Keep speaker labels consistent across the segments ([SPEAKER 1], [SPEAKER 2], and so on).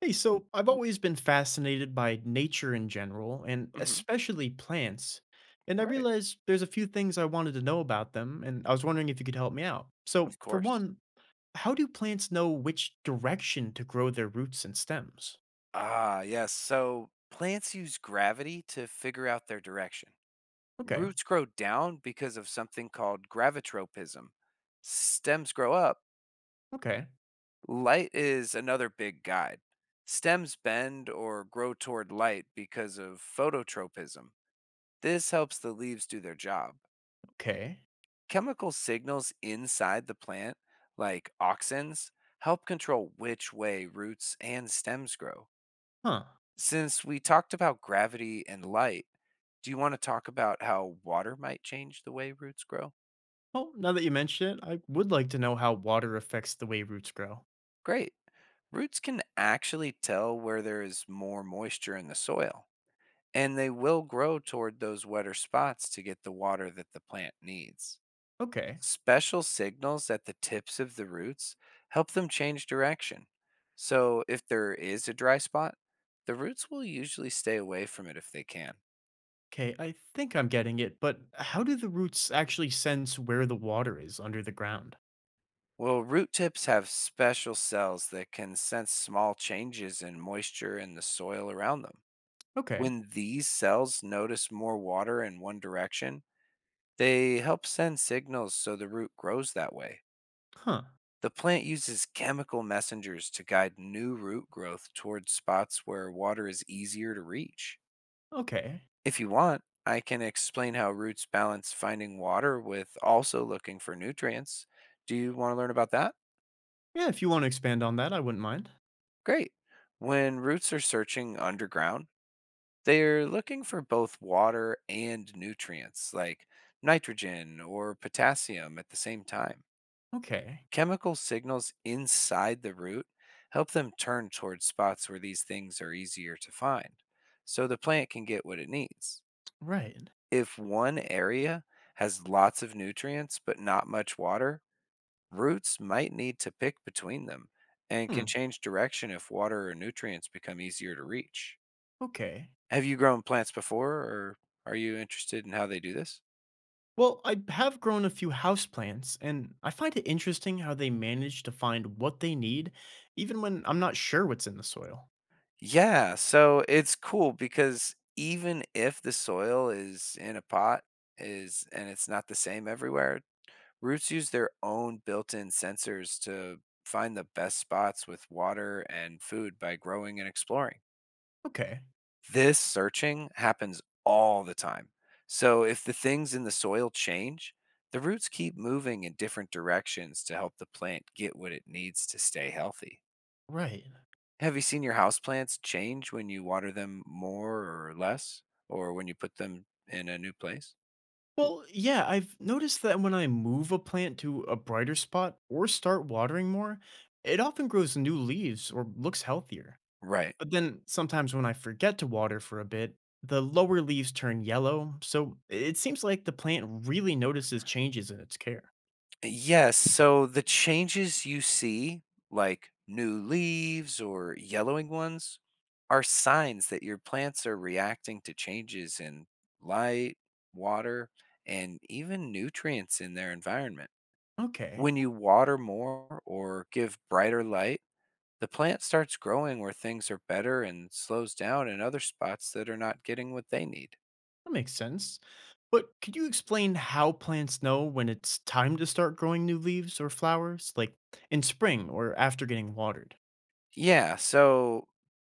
[SPEAKER 1] Hey, so I've always been fascinated by nature in general, and
[SPEAKER 2] hmm
[SPEAKER 1] especially plants. And I
[SPEAKER 2] Right.
[SPEAKER 1] realized there's a few things I wanted to know about them, and I was wondering if you could help me out.
[SPEAKER 2] Of
[SPEAKER 1] So, for
[SPEAKER 2] course.
[SPEAKER 1] one, how do plants know which direction to grow their roots and stems?
[SPEAKER 2] Ah, yes. So plants use gravity to figure out their direction.
[SPEAKER 1] Okay,
[SPEAKER 2] Roots grow down because of something called gravitropism. Stems grow up.
[SPEAKER 1] okay,
[SPEAKER 2] Light is another big guide. Stems bend or grow toward light because of phototropism. This helps the leaves do their job.
[SPEAKER 1] okay.
[SPEAKER 2] Chemical signals inside the plant, like auxins, help control which way roots and stems grow.
[SPEAKER 1] Huh.
[SPEAKER 2] Since we talked about gravity and light, do you want to talk about how water might change the way roots grow?
[SPEAKER 1] Well, now that you mention it, I would like to know how water affects the way roots grow.
[SPEAKER 2] Great. Roots can actually tell where there is more moisture in the soil, and they will grow toward those wetter spots to get the water that the plant needs.
[SPEAKER 1] Okay,
[SPEAKER 2] Special signals at the tips of the roots help them change direction. So, if there is a dry spot, the roots will usually stay away from it if they can.
[SPEAKER 1] okay, I think I'm getting it, but how do the roots actually sense where the water is under the ground?
[SPEAKER 2] Well, root tips have special cells that can sense small changes in moisture in the soil around them.
[SPEAKER 1] Okay,
[SPEAKER 2] When these cells notice more water in one direction, they help send signals so the root grows that way.
[SPEAKER 1] huh.
[SPEAKER 2] The plant uses chemical messengers to guide new root growth towards spots where water is easier to reach.
[SPEAKER 1] Okay.
[SPEAKER 2] If you want, I can explain how roots balance finding water with also looking for nutrients. Do you want to learn about that?
[SPEAKER 1] Yeah, if you want to expand on that, I wouldn't mind.
[SPEAKER 2] Great. When roots are searching underground, they're looking for both water and nutrients like nitrogen or potassium at the same time.
[SPEAKER 1] Okay.
[SPEAKER 2] Chemical signals inside the root help them turn towards spots where these things are easier to find, so the plant can get what it needs.
[SPEAKER 1] Right.
[SPEAKER 2] If one area has lots of nutrients but not much water, roots might need to pick between them and can
[SPEAKER 1] Hmm.
[SPEAKER 2] change direction if water or nutrients become easier to reach.
[SPEAKER 1] Okay.
[SPEAKER 2] Have you grown plants before, or are you interested in how they do this?
[SPEAKER 1] Well, I have grown a few houseplants, and I find it interesting how they manage to find what they need, even when I'm not sure what's in the soil.
[SPEAKER 2] Yeah, so it's cool because even if the soil is in a pot is and it's not the same everywhere, roots use their own built-in sensors to find the best spots with water and food by growing and exploring.
[SPEAKER 1] Okay.
[SPEAKER 2] This searching happens all the time. So if the things in the soil change, the roots keep moving in different directions to help the plant get what it needs to stay healthy.
[SPEAKER 1] Right.
[SPEAKER 2] Have you seen your houseplants change when you water them more or less, or when you put them in a new place?
[SPEAKER 1] Well, yeah, I've noticed that when I move a plant to a brighter spot or start watering more, it often grows new leaves or looks healthier.
[SPEAKER 2] Right.
[SPEAKER 1] But then sometimes when I forget to water for a bit, the lower leaves turn yellow, so it seems like the plant really notices changes in its care.
[SPEAKER 2] Yes. So the changes you see, like new leaves or yellowing ones, are signs that your plants are reacting to changes in light, water, and even nutrients in their environment.
[SPEAKER 1] Okay,
[SPEAKER 2] When you water more or give brighter light, the plant starts growing where things are better and slows down in other spots that are not getting what they need.
[SPEAKER 1] that makes sense. But could you explain how plants know when it's time to start growing new leaves or flowers, like in spring or after getting watered?
[SPEAKER 2] Yeah, so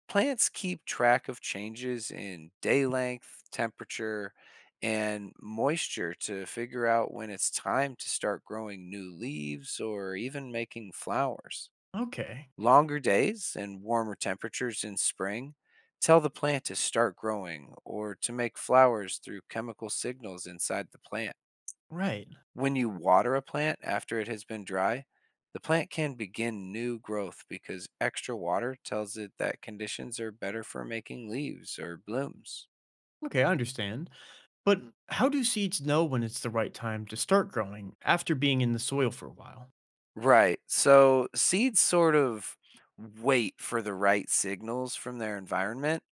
[SPEAKER 2] plants keep track of changes in day length, temperature, and moisture to figure out when it's time to start growing new leaves or even making flowers.
[SPEAKER 1] Okay,
[SPEAKER 2] Longer days and warmer temperatures in spring tell the plant to start growing or to make flowers through chemical signals inside the plant.
[SPEAKER 1] right.
[SPEAKER 2] When you water a plant after it has been dry, the plant can begin new growth because extra water tells it that conditions are better for making leaves or blooms.
[SPEAKER 1] Okay, I understand. But how do seeds know when it's the right time to start growing after being in the soil for a while?
[SPEAKER 2] Right. So seeds sort of wait for the right signals from their environment,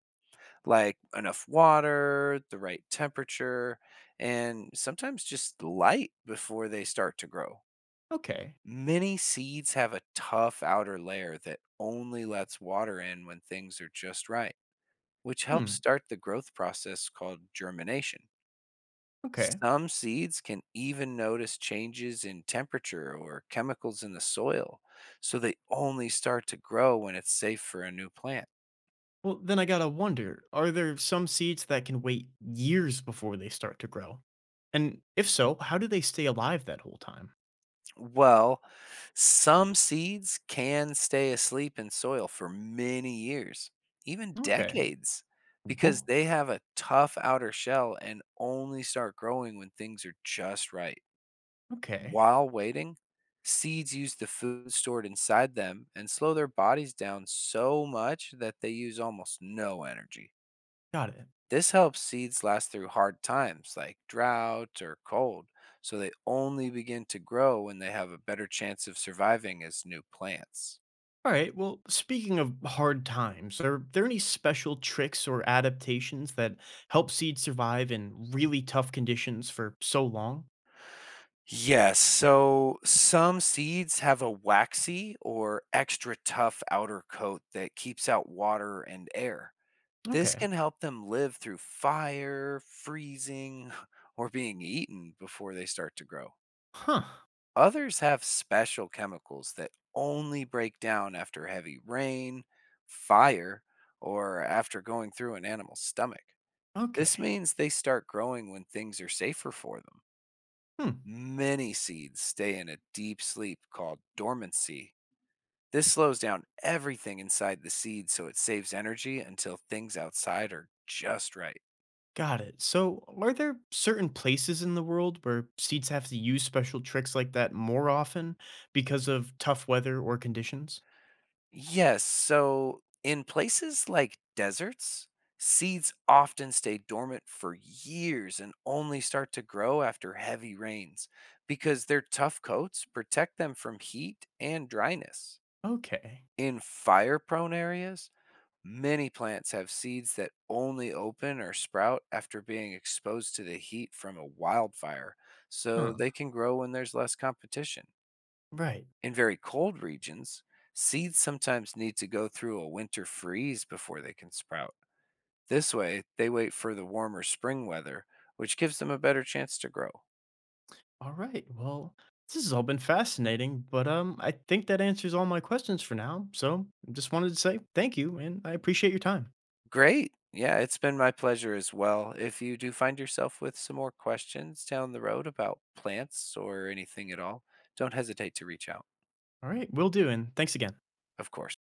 [SPEAKER 2] like enough water, the right temperature, and sometimes just light before they start to grow.
[SPEAKER 1] Okay.
[SPEAKER 2] Many seeds have a tough outer layer that only lets water in when things are just right, which helps
[SPEAKER 1] Hmm.
[SPEAKER 2] start the growth process called germination.
[SPEAKER 1] Okay.
[SPEAKER 2] Some seeds can even notice changes in temperature or chemicals in the soil, so they only start to grow when it's safe for a new plant.
[SPEAKER 1] Well, then I gotta wonder are there some seeds that can wait years before they start to grow? And if so, how do they stay alive that whole time?
[SPEAKER 2] Well, some seeds can stay asleep in soil for many years, even
[SPEAKER 1] Okay.
[SPEAKER 2] decades, because
[SPEAKER 1] Whoa.
[SPEAKER 2] they have a tough outer shell and only start growing when things are just right.
[SPEAKER 1] Okay.
[SPEAKER 2] While waiting, seeds use the food stored inside them and slow their bodies down so much that they use almost no energy.
[SPEAKER 1] Got it.
[SPEAKER 2] This helps seeds last through hard times like drought or cold, so they only begin to grow when they have a better chance of surviving as new plants.
[SPEAKER 1] All right. Well, speaking of hard times, are there any special tricks or adaptations that help seeds survive in really tough conditions for so long?
[SPEAKER 2] Yes, so some seeds have a waxy or extra tough outer coat that keeps out water and air. This
[SPEAKER 1] Okay.
[SPEAKER 2] can help them live through fire, freezing, or being eaten before they start to grow.
[SPEAKER 1] Huh.
[SPEAKER 2] Others have special chemicals that only break down after heavy rain, fire, or after going through an animal's stomach. This
[SPEAKER 1] Okay.
[SPEAKER 2] means they start growing when things are safer for them.
[SPEAKER 1] Hmm.
[SPEAKER 2] Many seeds stay in a deep sleep called dormancy. This slows down everything inside the seed so it saves energy until things outside are just right.
[SPEAKER 1] Got it. So, are there certain places in the world where seeds have to use special tricks like that more often because of tough weather or conditions?
[SPEAKER 2] Yes, so in places like deserts, seeds often stay dormant for years and only start to grow after heavy rains because their tough coats protect them from heat and dryness.
[SPEAKER 1] Okay.
[SPEAKER 2] In fire prone areas, many plants have seeds that only open or sprout after being exposed to the heat from a wildfire, so they
[SPEAKER 1] Huh.
[SPEAKER 2] can grow when there's less competition.
[SPEAKER 1] Right.
[SPEAKER 2] In very cold regions, seeds sometimes need to go through a winter freeze before they can sprout. This way, they wait for the warmer spring weather, which gives them a better chance to grow.
[SPEAKER 1] All right. Well, this has all been fascinating, but I think that answers all my questions for now. So, just wanted to say thank you and I appreciate your time.
[SPEAKER 2] Great. Yeah, it's been my pleasure as well. If you do find yourself with some more questions down the road about plants or anything at all, don't hesitate to reach out,
[SPEAKER 1] All right, will do and thanks again.
[SPEAKER 2] of course.